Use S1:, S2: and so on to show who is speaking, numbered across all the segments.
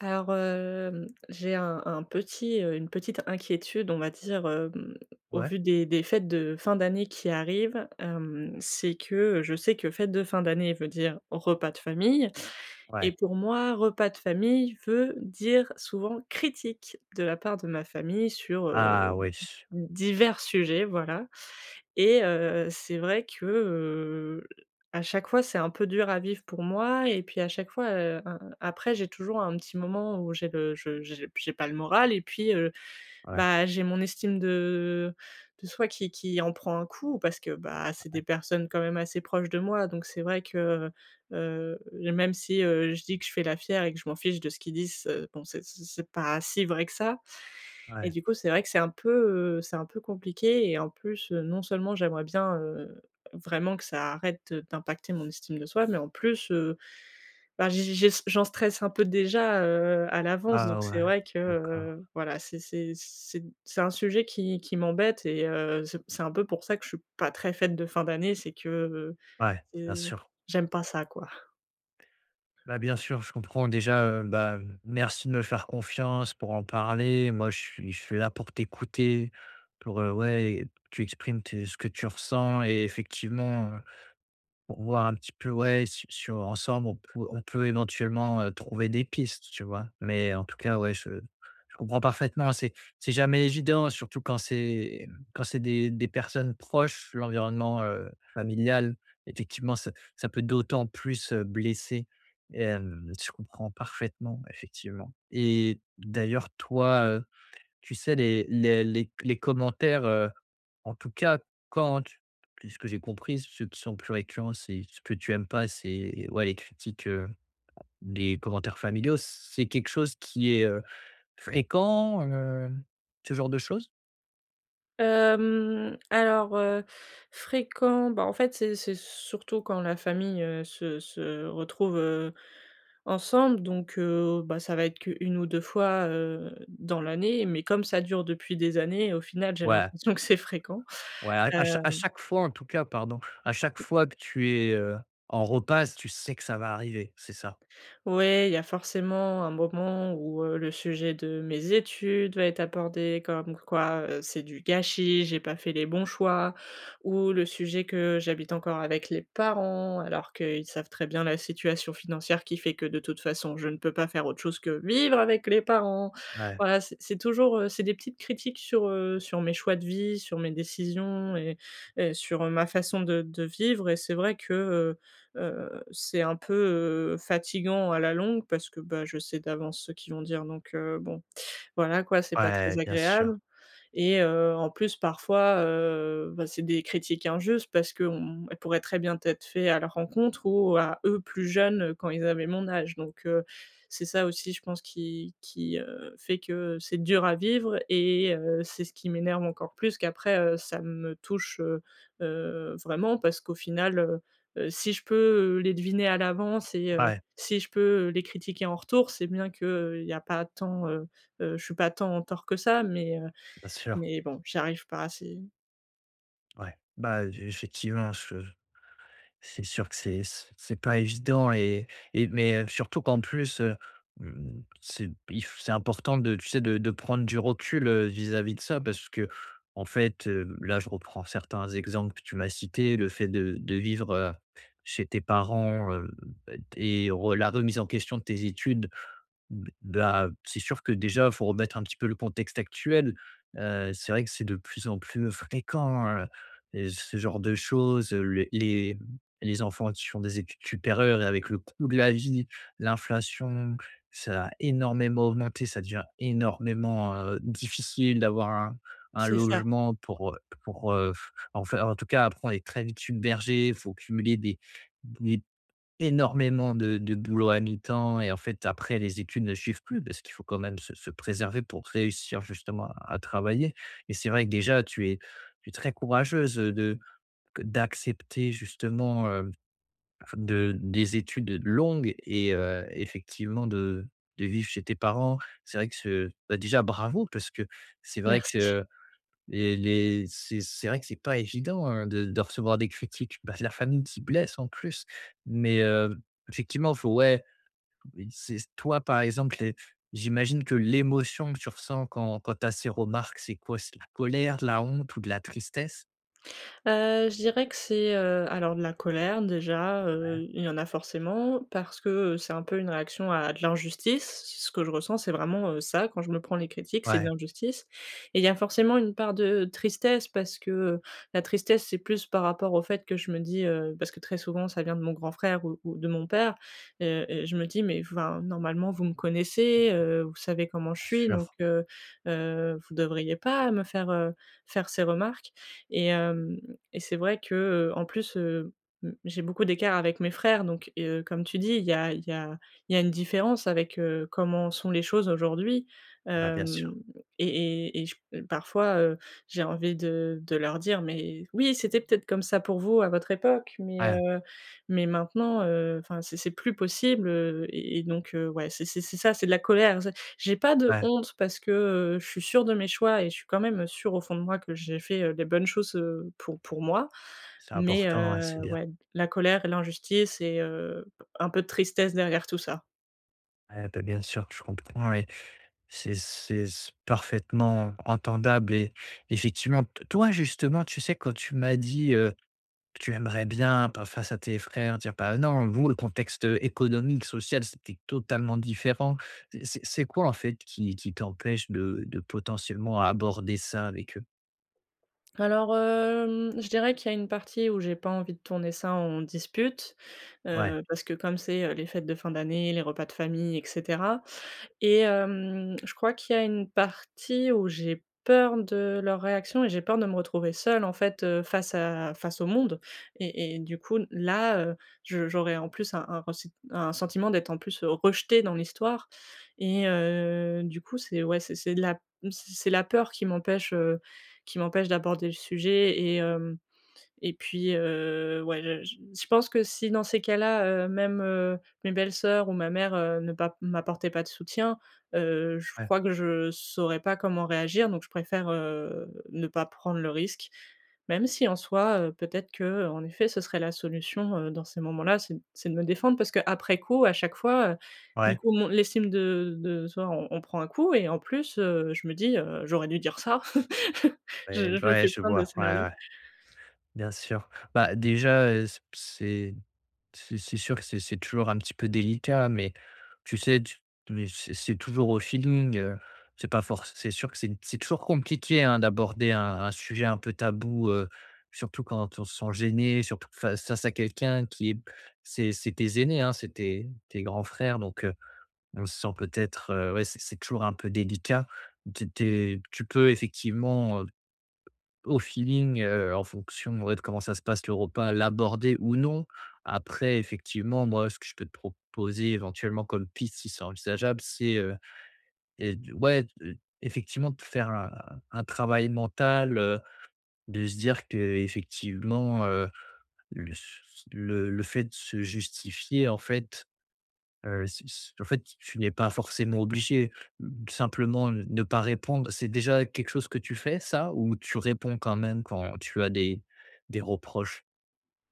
S1: J'ai un petit, une petite inquiétude, on va dire, au
S2: Ouais,
S1: vu des fêtes de fin d'année qui arrivent, c'est que, je sais que fête de fin d'année veut dire repas de famille et
S2: ouais.
S1: pour moi, repas de famille veut dire souvent critique de la part de ma famille sur,
S2: Ah oui,
S1: divers sujets, voilà. Et c'est vrai que, à chaque fois, c'est un peu dur à vivre pour moi et puis à chaque fois, a après j'ai toujours un petit moment où j'ai pas le moral et puis,
S2: ouais,
S1: j'ai mon estime de de soi qui en prend un coup parce que, bah, c'est des personnes quand même assez proches de moi donc c'est vrai que, même si, je dis que je fais la fière et que je m'en fiche de ce qu'ils disent, bon, c'est pas si vrai que ça. Et
S2: ouais.
S1: du coup, c'est vrai que c'est un peu compliqué et en plus, non seulement j'aimerais bien, vraiment que ça arrête d'impacter mon estime de soi, mais en plus, j'ai j'en stresse un peu déjà, à l'avance
S2: Ah
S1: donc c'est
S2: ouais,
S1: vrai que,
S2: d'accord.
S1: voilà, c'est un sujet qui m'embête et c'est un peu pour ça que je suis pas très faite de fin d'année, c'est que,
S2: Ouais, bien
S1: c'est
S2: sûr.
S1: j'aime pas ça, quoi.
S2: Bah, bien sûr, je comprends déjà, bah, merci de me faire confiance pour en parler. Moi, je suis là pour t'écouter, pour, ouais, tu exprimes tes ce que tu ressens et effectivement, pour voir un petit peu, ouais, su sur ensemble, on peut éventuellement, trouver des pistes, tu vois? Mais en tout cas, ouais, je comprends parfaitement. C'est jamais évident, surtout quand c'est des personnes proches, l'environnement, familial. Effectivement, ça peut d'autant plus, blesser. Je comprends parfaitement, effectivement. Et d'ailleurs, toi, tu sais, les commentaires, en tout cas, quand tu ce que j'ai compris, ceux qui sont plus récurrents, c'est ce que tu aimes pas, c'est ouais, les critiques, les commentaires familiaux, c'est quelque chose qui est, fréquent, ce genre de choses?
S1: Hem, alors, heu, fréquent, bah, en fait, c'est surtout quand la famille, se retrouve, ensemble donc bah, ça va être qu'une ou 2 fois, dans l'année mais comme ça dure depuis des années, au final, j'ai
S2: Ouais,
S1: l'impression que c'est fréquent,
S2: ouais, à à
S1: heu
S2: cha à chaque fois en tout cas, pardon, à chaque fois que tu es, en repasse, tu sais que ça va arriver, c'est ça?
S1: ouais, il y a forcément un moment où, le sujet de mes études va être abordé, comme quoi, c'est du gâchis, j'ai pas fait les bons choix, ou le sujet que j'habite encore avec les parents, alors qu'ils savent très bien la situation financière qui fait que de toute façon, je ne peux pas faire autre chose que vivre avec les parents.
S2: Ouais,
S1: Voilà, c'est toujours, c'est des petites critiques sur, sur mes choix de vie, sur mes décisions et sur, ma façon de vivre et c'est vrai que, c'est un peu, fatigant à la longue parce que, bah, je sais d'avance ce qu'ils vont dire donc bon, voilà quoi, c'est pas très
S2: ouais, bien sûr.
S1: agréable et en plus parfois, bah, c'est des critiques injustes parce qu'elles pourraient très bien être faites à leur rencontre ou à eux plus jeunes, quand ils avaient mon âge donc c'est ça aussi je pense qui fait que c'est dur à vivre et c'est ce qui m'énerve encore plus qu'après, ça me touche, vraiment parce qu'au final, si je peux, les deviner à l'avance et
S2: Ouais,
S1: si je peux, les critiquer en retour, c'est bien que, il y a pas tant, je suis pas tant en tort que ça
S2: bien sûr.
S1: mais bon, j'y arrive pas, c'est
S2: Ouais, bah, effectivement, je c'est sûr que c'est pas évident et mais, surtout qu'en plus, mmh, c'est il f c'est important de tu sais, de prendre du recul, vis-à-vis de ça parce que en fait, là, je reprends certains exemples que tu m'as cités, le fait de vivre, chez tes parents, et re la remise en question de tes études. B Bah, c'est sûr que déjà, faut remettre un petit peu le contexte actuel. C'est vrai que c'est de plus en plus fréquent, et ce genre de choses, les les enfants qui font des études supérieures et avec le coût de la vie, l'inflation, ça a énormément augmenté. Ça devient énormément, difficile d'avoir un
S1: c'est ça.
S2: logement pour, pour, heu, enfin, en tout cas, après on est très vite submergé. Il faut cumuler des énormément de boulot à mi-temps et en fait après les études ne suivent plus parce qu'il faut quand même se se préserver pour réussir justement à travailler et c'est vrai que déjà tu es très courageuse, de d'accepter justement, de des études longues et effectivement de vivre chez tes parents. C'est vrai que ce bah, déjà bravo parce que c'est vrai
S1: Merci.
S2: que et les c'est vrai que c'est pas évident, hein, de recevoir des critiques. Bah, la famille qui blesse en plus. Mais, effectivement, faut ouais, oui, c'est toi, par exemple, les j'imagine que l'émotion que tu ressens quand tu as ces remarques, c'est quoi? C'est de la colère, de la honte ou de la tristesse?
S1: Je dirais que c'est, alors de la colère déjà,
S2: Ouais,
S1: il y en a forcément parce que, c'est un peu une réaction à de l'injustice. Ce que je ressens, c'est vraiment, ça quand je me prends les critiques, c'est de
S2: ouais,
S1: l'injustice et il y a forcément une part de tristesse parce que, la tristesse, c'est plus par rapport au fait que je me dis, parce que très souvent ça vient de mon grand frère ou de mon père, et je me dis: «Mais enfin, normalement vous me connaissez, vous savez comment je
S2: bien
S1: suis donc
S2: sûr.
S1: vous devriez pas me faire, faire ces remarques» et hem et c'est vrai que, en plus, mmh, j'ai beaucoup d'écart avec mes frères donc et comme tu dis, il y a une différence avec, comment sont les choses aujourd'hui.
S2: Bah, bien
S1: Hem
S2: sûr.
S1: et je parfois, j'ai envie de leur dire: «Mais oui, c'était peut-être comme ça pour vous à votre époque,
S2: Ouais,
S1: mais maintenant, enfin, c'est plus possible», donc ouais, c'est ça, c'est de la colère. J'ai pas de
S2: ouais,
S1: honte parce que, je suis sûre de mes choix et je suis quand même sûre au fond de moi que j'ai fait, les bonnes choses, pour moi.
S2: c'est
S1: Mais,
S2: important, ouais, c'est bien.
S1: ouais, la colère et l'injustice et un peu de tristesse derrière tout ça.
S2: Ouais, bah, bien sûr, je comprends et c'est parfaitement entendable et effectivement, t toi, justement, tu sais, quand tu m'as dit, que tu aimerais bien, pas face à tes frères, dire: «Bah, non, vous, le contexte, économique, social, c'était totalement différent». C'est quoi, en fait, qui t'empêche de potentiellement aborder ça avec eux?
S1: Je dirais qu'il y a une partie où j'ai pas envie de tourner ça en dispute,
S2: Ouais,
S1: parce que comme c'est, les fêtes de fin d'année, les repas de famille etc. Je crois qu'il y a une partie où j'ai peur de leur réaction et j'ai peur de me retrouver seule, en fait, face à face au monde du coup, là, je j'aurais en plus un sentiment d'être en plus, rejetée dans l'histoire et du coup, c'est ouais, c'est la peur qui m'empêche d'aborder le sujet et puis, ouais, je pense que si dans ces cas-là, même, mes belles-sœurs ou ma mère, ne pas m'apportaient pas de soutien, je
S2: ouais,
S1: crois que je saurais pas comment réagir, donc je préfère, ne pas prendre le risque. Même si en soi, peut-être que, en effet, ce serait la solution, dans ces moments-là, c'est de me défendre parce que après coup, à chaque fois, du
S2: ouais,
S1: coup, mon l'estime de soi, on prend un coup et en plus, je me dis, «J'aurais dû dire ça».
S2: ouais,
S1: Je me
S2: ouais,
S1: fais
S2: je
S1: plein de
S2: vois. Ouais,
S1: scénarios.
S2: ouais. Bien sûr. Bah, déjà, c'est c'est sûr que c'est toujours un petit peu délicat, mais tu sais, tu mais c'est toujours au feeling, c'est pas forc c'est sûr que c'est toujours compliqué, hein, d'aborder un sujet un peu tabou, surtout quand on se sent gêné, surtout face à quelqu'un qui est c'est tes aînés, hein, c'est tes grands frères, donc on se sent peut-être, ouais, c'est toujours un peu délicat. Tu es tu peux effectivement, au feeling, en fonction, ouais, de comment ça se passe le repas, l'aborder ou non. Après effectivement, moi, ce que je peux te proposer éventuellement comme piste, si c'est envisageable, et ouais, effectivement de faire un travail mental, de se dire qu'effectivement, le le fait de se justifier en fait, c c en fait, tu n'es pas forcément obligé. Mmh, simplement, ne pas répondre, c'est déjà quelque chose que tu fais ça? Ou tu réponds quand même quand tu as des reproches?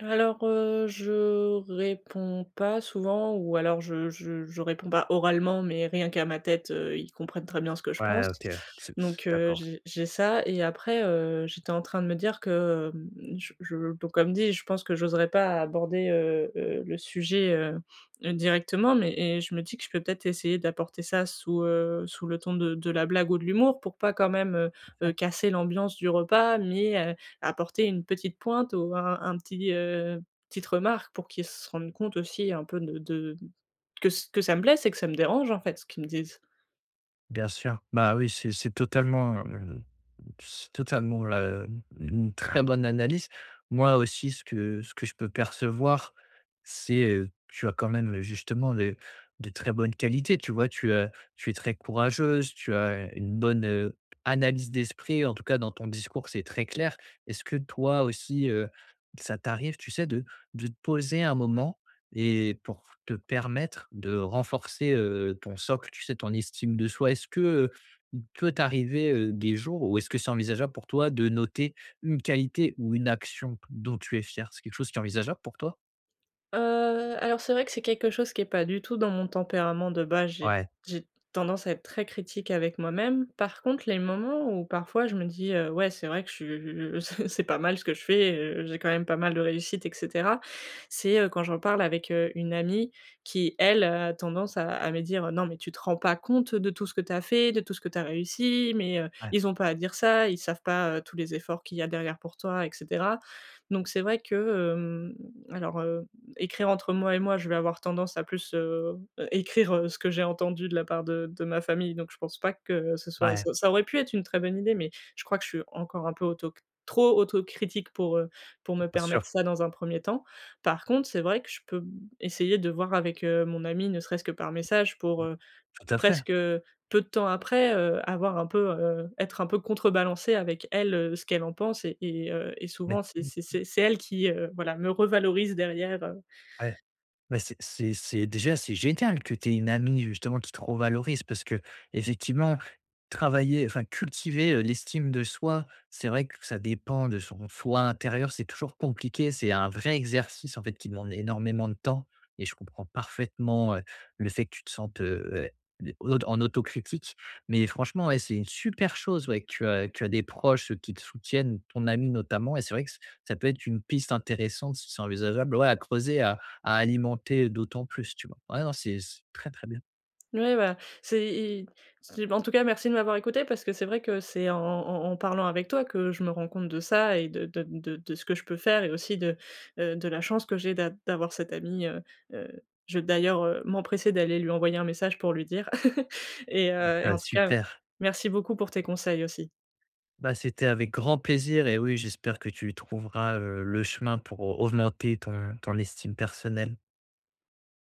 S1: Je réponds pas souvent ou alors je réponds pas oralement, mais rien qu'à ma tête, ils comprennent très bien ce que je
S2: Ouais,
S1: pense.
S2: OK,
S1: Donc, heu,
S2: d'accord.
S1: j'ai j'ai ça et après, j'étais en train de me dire que, hem, je donc comme dit, je pense que j'oserais pas aborder, le sujet, directement, mais et je me dis que je peux peut-être essayer d'apporter ça sous, sous le ton de la blague ou de l'humour pour pas quand même, casser l'ambiance du repas, mais apporter une petite pointe ou un petit, petite remarque pour qu'ils se rendent compte aussi un peu de que ç que ça me blesse et que ça me dérange en fait ce qu'ils me disent.
S2: Bien sûr. Bah, oui, c'est totalement, mmh, c'est totalement la une très bonne analyse. Moi aussi, ce que je peux percevoir, c'est, tu as quand même, justement, les de très bonnes qualités, tu vois? Tu es très courageuse, tu as une bonne, analyse d'esprit. En tout cas, dans ton discours, c'est très clair. Est-ce que toi aussi, ça t'arrive, tu sais, de te poser un moment et pour te permettre de renforcer, ton socle, tu sais, ton estime de soi? Est-ce que, il peut t'arriver, des jours où est-ce que c'est envisageable pour toi de noter une qualité ou une action dont tu es fier? C'est quelque chose qui est envisageable pour toi?
S1: Heu, alors c'est vrai que c'est quelque chose qui est pas du tout dans mon tempérament de base. J'ai
S2: Ouais,
S1: j'ai tendance à être très critique avec moi-même. Par contre, les moments où parfois je me dis, «Ouais, c'est vrai que je suis c'est pas mal ce que je fais, j'ai quand même pas mal de réussite et cetera». C'est, quand j'en parle avec, une amie qui, elle, a tendance à me dire: «Non, mais tu te rends pas compte de tout ce que tu as fait, de tout ce que tu as réussi, mais,
S2: ouais,
S1: ils ont pas à dire ça, ils savent pas, tous les efforts qu'il y a derrière pour toi et cetera». Donc c'est vrai que, hem, alors, écrire entre moi et moi, je vais avoir tendance à plus, écrire, ce que j'ai entendu de la part de ma famille, donc je pense pas que ce soit
S2: ouais,
S1: ça aurait pu être une très bonne idée, mais je crois que je suis encore un peu auto trop autocritique pour me
S2: bien
S1: permettre
S2: sûr,
S1: ça dans un premier temps. Par contre, c'est vrai que je peux essayer de voir avec, mon amie, ne serait-ce que par message pour,
S2: tout à fait.
S1: presque, peu de temps après, avoir un peu, être un peu contrebalancé avec elle, ce qu'elle en pense et et
S2: Mais
S1: souvent c'est
S2: mmh,
S1: c'est c'est c'est elle qui, voilà, me revalorise derrière,
S2: ouais, mais c'est déjà, c'est génial que tu aies une amie justement qui te revalorise parce que effectivement. Travailler, enfin cultiver, l'estime de soi, c'est vrai que ça dépend de son soi intérieur, c'est toujours compliqué, c'est un vrai exercice en fait qui demande énormément de temps et je comprends parfaitement, le fait que tu te sentes, au en autocritique. Mais franchement, ouais, c'est une super chose, ouais, que tu as des proches qui te soutiennent, ton ami notamment et c'est vrai que ç ça peut être une piste intéressante, si c'est envisageable, ouais, à creuser, à alimenter d'autant plus, tu vois? Ouais, non, c'est très, très bien.
S1: ouais, bah, c'est en tout cas, merci de m'avoir écoutée parce que c'est vrai que c'est en parlant avec toi que je me rends compte de ça et de ce que je peux faire et aussi de la chance que j'ai d'avoir cet ami, heu, je vais d'ailleurs, m'empresser d'aller lui envoyer un message pour lui dire et
S2: Ah,
S1: en tout cas,
S2: super.
S1: merci beaucoup pour tes conseils aussi.
S2: Bah, c'était avec grand plaisir et oui, j'espère que tu trouveras, le chemin pour augmenter ton estime personnelle.